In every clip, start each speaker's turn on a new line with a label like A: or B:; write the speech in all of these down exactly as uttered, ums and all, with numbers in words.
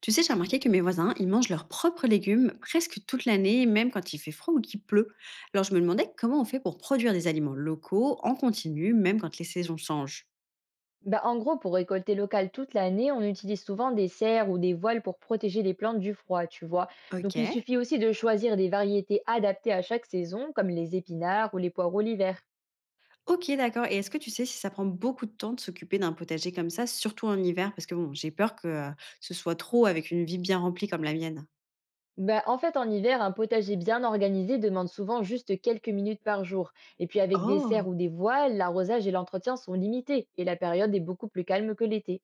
A: Tu sais, j'ai remarqué que mes voisins, ils mangent leurs propres légumes presque toute l'année, même quand il fait froid ou qu'il pleut. Alors je me demandais comment on fait pour produire des aliments locaux en continu, même quand les saisons changent.
B: Bah, en gros, pour récolter local toute l'année, on utilise souvent des serres ou des voiles pour protéger les plantes du froid, tu vois. Donc il
A: Ok.
B: suffit aussi de choisir des variétés adaptées à chaque saison, comme les épinards ou les poireaux l'hiver.
A: Ok, d'accord. Et est-ce que tu sais si ça prend beaucoup de temps de s'occuper d'un potager comme ça, surtout en hiver? Parce que bon, j'ai peur que euh, ce soit trop avec une vie bien remplie comme la mienne.
B: Bah, en fait, en hiver, un potager bien organisé demande souvent juste quelques minutes par jour. Et puis avec des serres
A: Oh,
B: ou des voiles, l'arrosage et l'entretien sont limités et la période est beaucoup plus calme que l'été.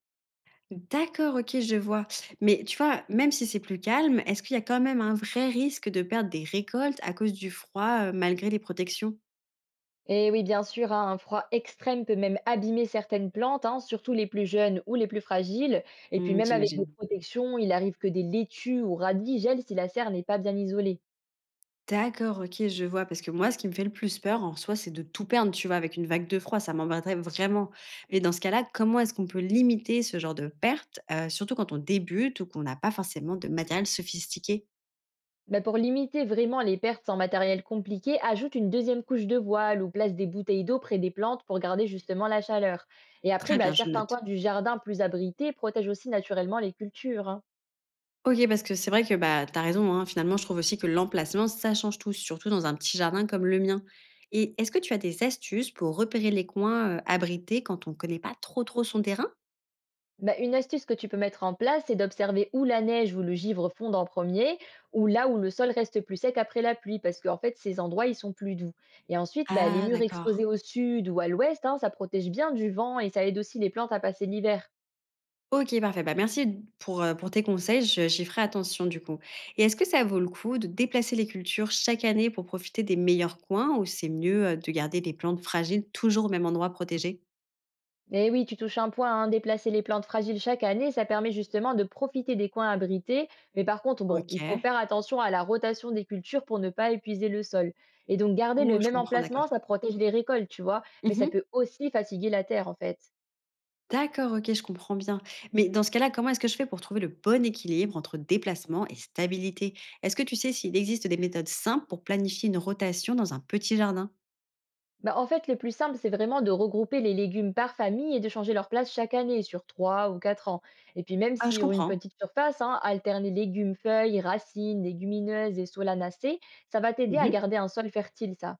A: d'accord, ok, je vois. Mais tu vois, même si c'est plus calme, est-ce qu'il y a quand même un vrai risque de perdre des récoltes à cause du froid, euh, malgré les protections?
B: Et oui, bien sûr, hein, un froid extrême peut même abîmer certaines plantes, hein, surtout les plus jeunes ou les plus fragiles. Et puis
A: Mmh,
B: même avec des
A: j'imagine.
B: protections, il arrive que des laitues ou radis gèlent si la serre n'est pas bien isolée.
A: D'accord, OK, je vois. Parce que moi, ce qui me fait le plus peur, en soi, c'est de tout perdre, tu vois, avec une vague de froid, ça m'embêterait vraiment. Mais dans ce cas-là, comment est-ce qu'on peut limiter ce genre de perte, heu, surtout quand on débute ou qu'on n'a pas forcément de matériel sophistiqué?
B: Mais pour limiter vraiment les pertes en matériel compliqué, ajoute une deuxième couche de voile ou place des bouteilles d'eau près des plantes pour garder justement la chaleur. Et après,
A: Très
B: bah,
A: bien, je
B: certains
A: note.
B: coins du jardin plus abrités protègent aussi naturellement les cultures, hein.
A: OK, parce que c'est vrai que, bah, tu as raison, hein, finalement, je trouve aussi que l'emplacement, ça change tout, surtout dans un petit jardin comme le mien. Et est-ce que tu as des astuces pour repérer les coins, heu, abrités quand on ne connaît pas trop, trop son terrain?
B: Bah, une astuce que tu peux mettre en place, c'est d'observer où la neige ou le givre fondent en premier, ou là où le sol reste plus sec après la pluie, parce qu'en fait, ces endroits, ils sont plus doux. Et ensuite, bah, les
A: Ah
B: murs
A: d'accord.
B: exposés au sud ou à l'ouest, hein, ça protège bien du vent et ça aide aussi les plantes à passer l'hiver.
A: OK, parfait. Bah, merci pour, heu, pour tes conseils, je j'y ferai attention du coup. Et est-ce que ça vaut le coup de déplacer les cultures chaque année pour profiter des meilleurs coins ou c'est mieux, heu, de garder les plantes fragiles toujours au même endroit protégé?
B: Mais oui, tu touches un point, hein, déplacer les plantes fragiles chaque année, ça permet justement de profiter des coins abrités. Mais par contre, bon, il faut
A: OK.
B: faire attention à la rotation des cultures pour ne pas épuiser le sol. Et donc, garder le
A: Oh, je
B: même
A: comprends,
B: emplacement,
A: d'accord.
B: ça protège les récoltes, tu vois, mais ça
A: Mmh.
B: peut aussi fatiguer la terre, en fait.
A: D'accord, OK, je comprends bien. Mais dans ce cas-là, comment est-ce que je fais pour trouver le bon équilibre entre déplacement et stabilité? Est-ce que tu sais s'il existe des méthodes simples pour planifier une rotation dans un petit jardin?
B: Bah, en fait, le plus simple, c'est vraiment de regrouper les légumes par famille et de changer leur place chaque année sur trois ou quatre ans. Et puis même
A: Ah, je
B: si, sur une
A: comprends.
B: petite surface, hein, alterner légumes, feuilles, racines, légumineuses et solanacées, ça va t'aider à
A: Mmh.
B: garder un sol fertile, ça.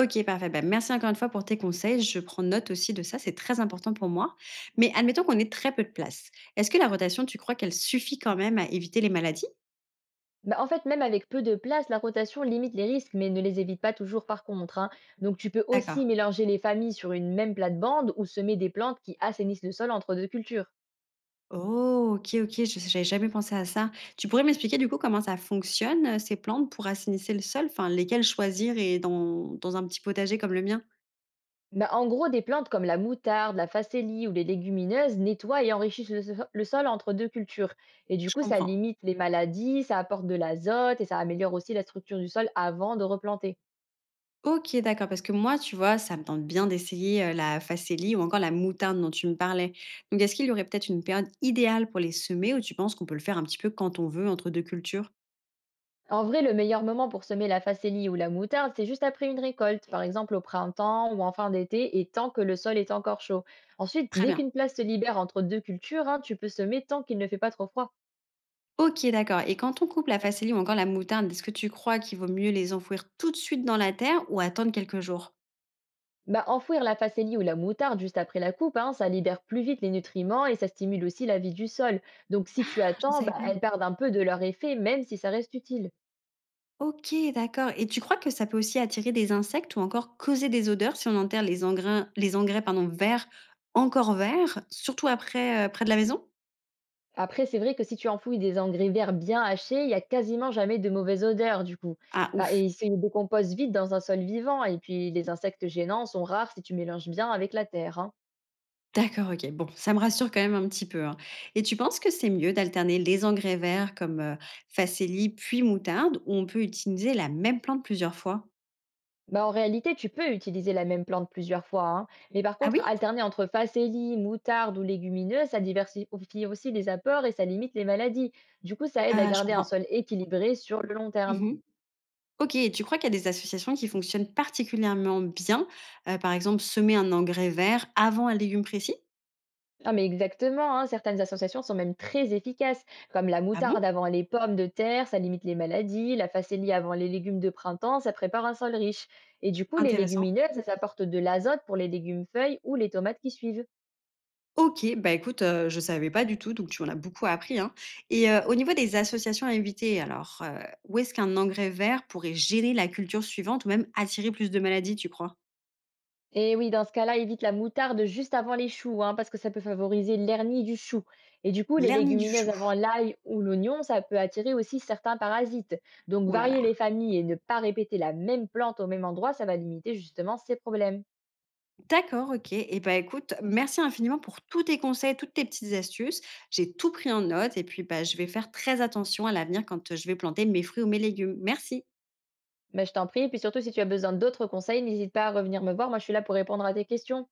A: OK, parfait. Ben merci encore une fois pour tes conseils. Je prends note aussi de ça, c'est très important pour moi. Mais admettons qu'on ait très peu de place. Est-ce que la rotation, tu crois qu'elle suffit quand même à éviter les maladies?
B: Bah, en fait, même avec peu de place, la rotation limite les risques, mais ne les évite pas toujours par contre, hein. Donc tu peux aussi
A: D'accord.
B: mélanger les familles sur une même plate-bande ou semer des plantes qui assainissent le sol entre deux cultures.
A: Oh, OK, OK, je j'avais jamais pensé à ça. Tu pourrais m'expliquer du coup comment ça fonctionne, euh, ces plantes pour assainir le sol, enfin lesquelles choisir et dans, dans un petit potager comme le mien?
B: Bah, en gros, des plantes comme la moutarde, la facélie ou les légumineuses nettoient et enrichissent le, so- le sol entre deux cultures. Et du
A: Je
B: coup, ça
A: comprends.
B: limite les maladies, ça apporte de l'azote et ça améliore aussi la structure du sol avant de replanter.
A: OK, d'accord, parce que moi, tu vois, ça me tente bien d'essayer, heu, la facélie ou encore la moutarde dont tu me parlais. Donc est-ce qu'il y aurait peut-être une période idéale pour les semer ou tu penses qu'on peut le faire un petit peu quand on veut entre deux cultures?
B: En vrai, le meilleur moment pour semer la facélie ou la moutarde, c'est juste après une récolte, par exemple au printemps ou en fin d'été, et tant que le sol est encore chaud. Ensuite,
A: Très
B: dès
A: bien.
B: qu'une place se libère entre deux cultures, hein, tu peux semer tant qu'il ne fait pas trop froid.
A: OK, d'accord, et quand on coupe la facélie ou encore la moutarde, est-ce que tu crois qu'il vaut mieux les enfouir tout de suite dans la terre ou attendre quelques jours?
B: Bah, enfouir la facélie ou la moutarde juste après la coupe, hein, ça libère plus vite les nutriments et ça stimule aussi la vie du sol. Donc si tu
A: Ah, je ne
B: attends,
A: savais
B: bah,
A: pas.
B: elles perdent un peu de leur effet, même si ça reste utile.
A: OK, d'accord, et tu crois que ça peut aussi attirer des insectes ou encore causer des odeurs si on enterre les engrais, les engrais, pardon, verts, encore verts, surtout après, heu, près de la maison?
B: Après, c'est vrai que si tu enfouis des engrais verts bien hachés, il n'y a quasiment jamais de mauvaise odeur du coup.
A: Ah,
B: Bah,
A: ouf.
B: et ils se décomposent vite dans un sol vivant et puis les insectes gênants sont rares si tu mélanges bien avec la terre, hein.
A: D'accord, OK. Bon, ça me rassure quand même un petit peu, hein. Et tu penses que c'est mieux d'alterner les engrais verts comme, heu, Faceli puis moutarde, ou on peut utiliser la même plante plusieurs fois?
B: Bah, en réalité, tu peux utiliser la même plante plusieurs fois, hein. Mais par
A: Ah
B: contre,
A: oui?
B: alterner entre facélie, moutarde ou légumineux, ça diversifie aussi les apports et ça limite les maladies. Du coup, ça aide à
A: Ah, je
B: garder un
A: comprends.
B: sol équilibré sur le long terme.
A: Mmh. OK, et tu crois qu'il y a des associations qui fonctionnent particulièrement bien? Heu, par exemple, semer un engrais vert avant un légume précis?
B: Ah mais exactement, hein, certaines associations sont même très efficaces, comme la
A: Ah
B: moutarde
A: bon?
B: avant les pommes de terre, ça limite les maladies, la facélie avant les légumes de printemps, ça prépare un sol riche. Et du coup, les
A: Intéressant.
B: légumineuses, ça apporte de l'azote pour les légumes feuilles ou les tomates qui suivent.
A: OK, bah, écoute, heu, je savais pas du tout, donc tu en as beaucoup appris, hein, et heu, au niveau des associations à éviter, alors, heu, où est-ce qu'un engrais vert pourrait gêner la culture suivante ou même attirer plus de maladies, tu crois?
B: Et oui, dans ce cas-là, évite la moutarde juste avant les choux, hein, parce que ça peut favoriser l'hernie du chou. Et du coup, les
A: L'hernie du
B: légumineuses
A: chou.
B: avant l'ail ou l'oignon, ça peut attirer aussi certains parasites. Donc,
A: Oh là là.
B: varier les familles et ne pas répéter la même plante au même endroit, ça va limiter justement ces problèmes.
A: D'accord, OK, et bah, écoute, merci infiniment pour tous tes conseils, toutes tes petites astuces. J'ai tout pris en note et puis, bah, je vais faire très attention à l'avenir quand, heu, je vais planter mes fruits ou mes légumes. Merci.
B: Mais je t'en prie, et puis surtout, si tu as besoin d'autres conseils, n'hésite pas à revenir me voir, moi je suis là pour répondre à tes questions.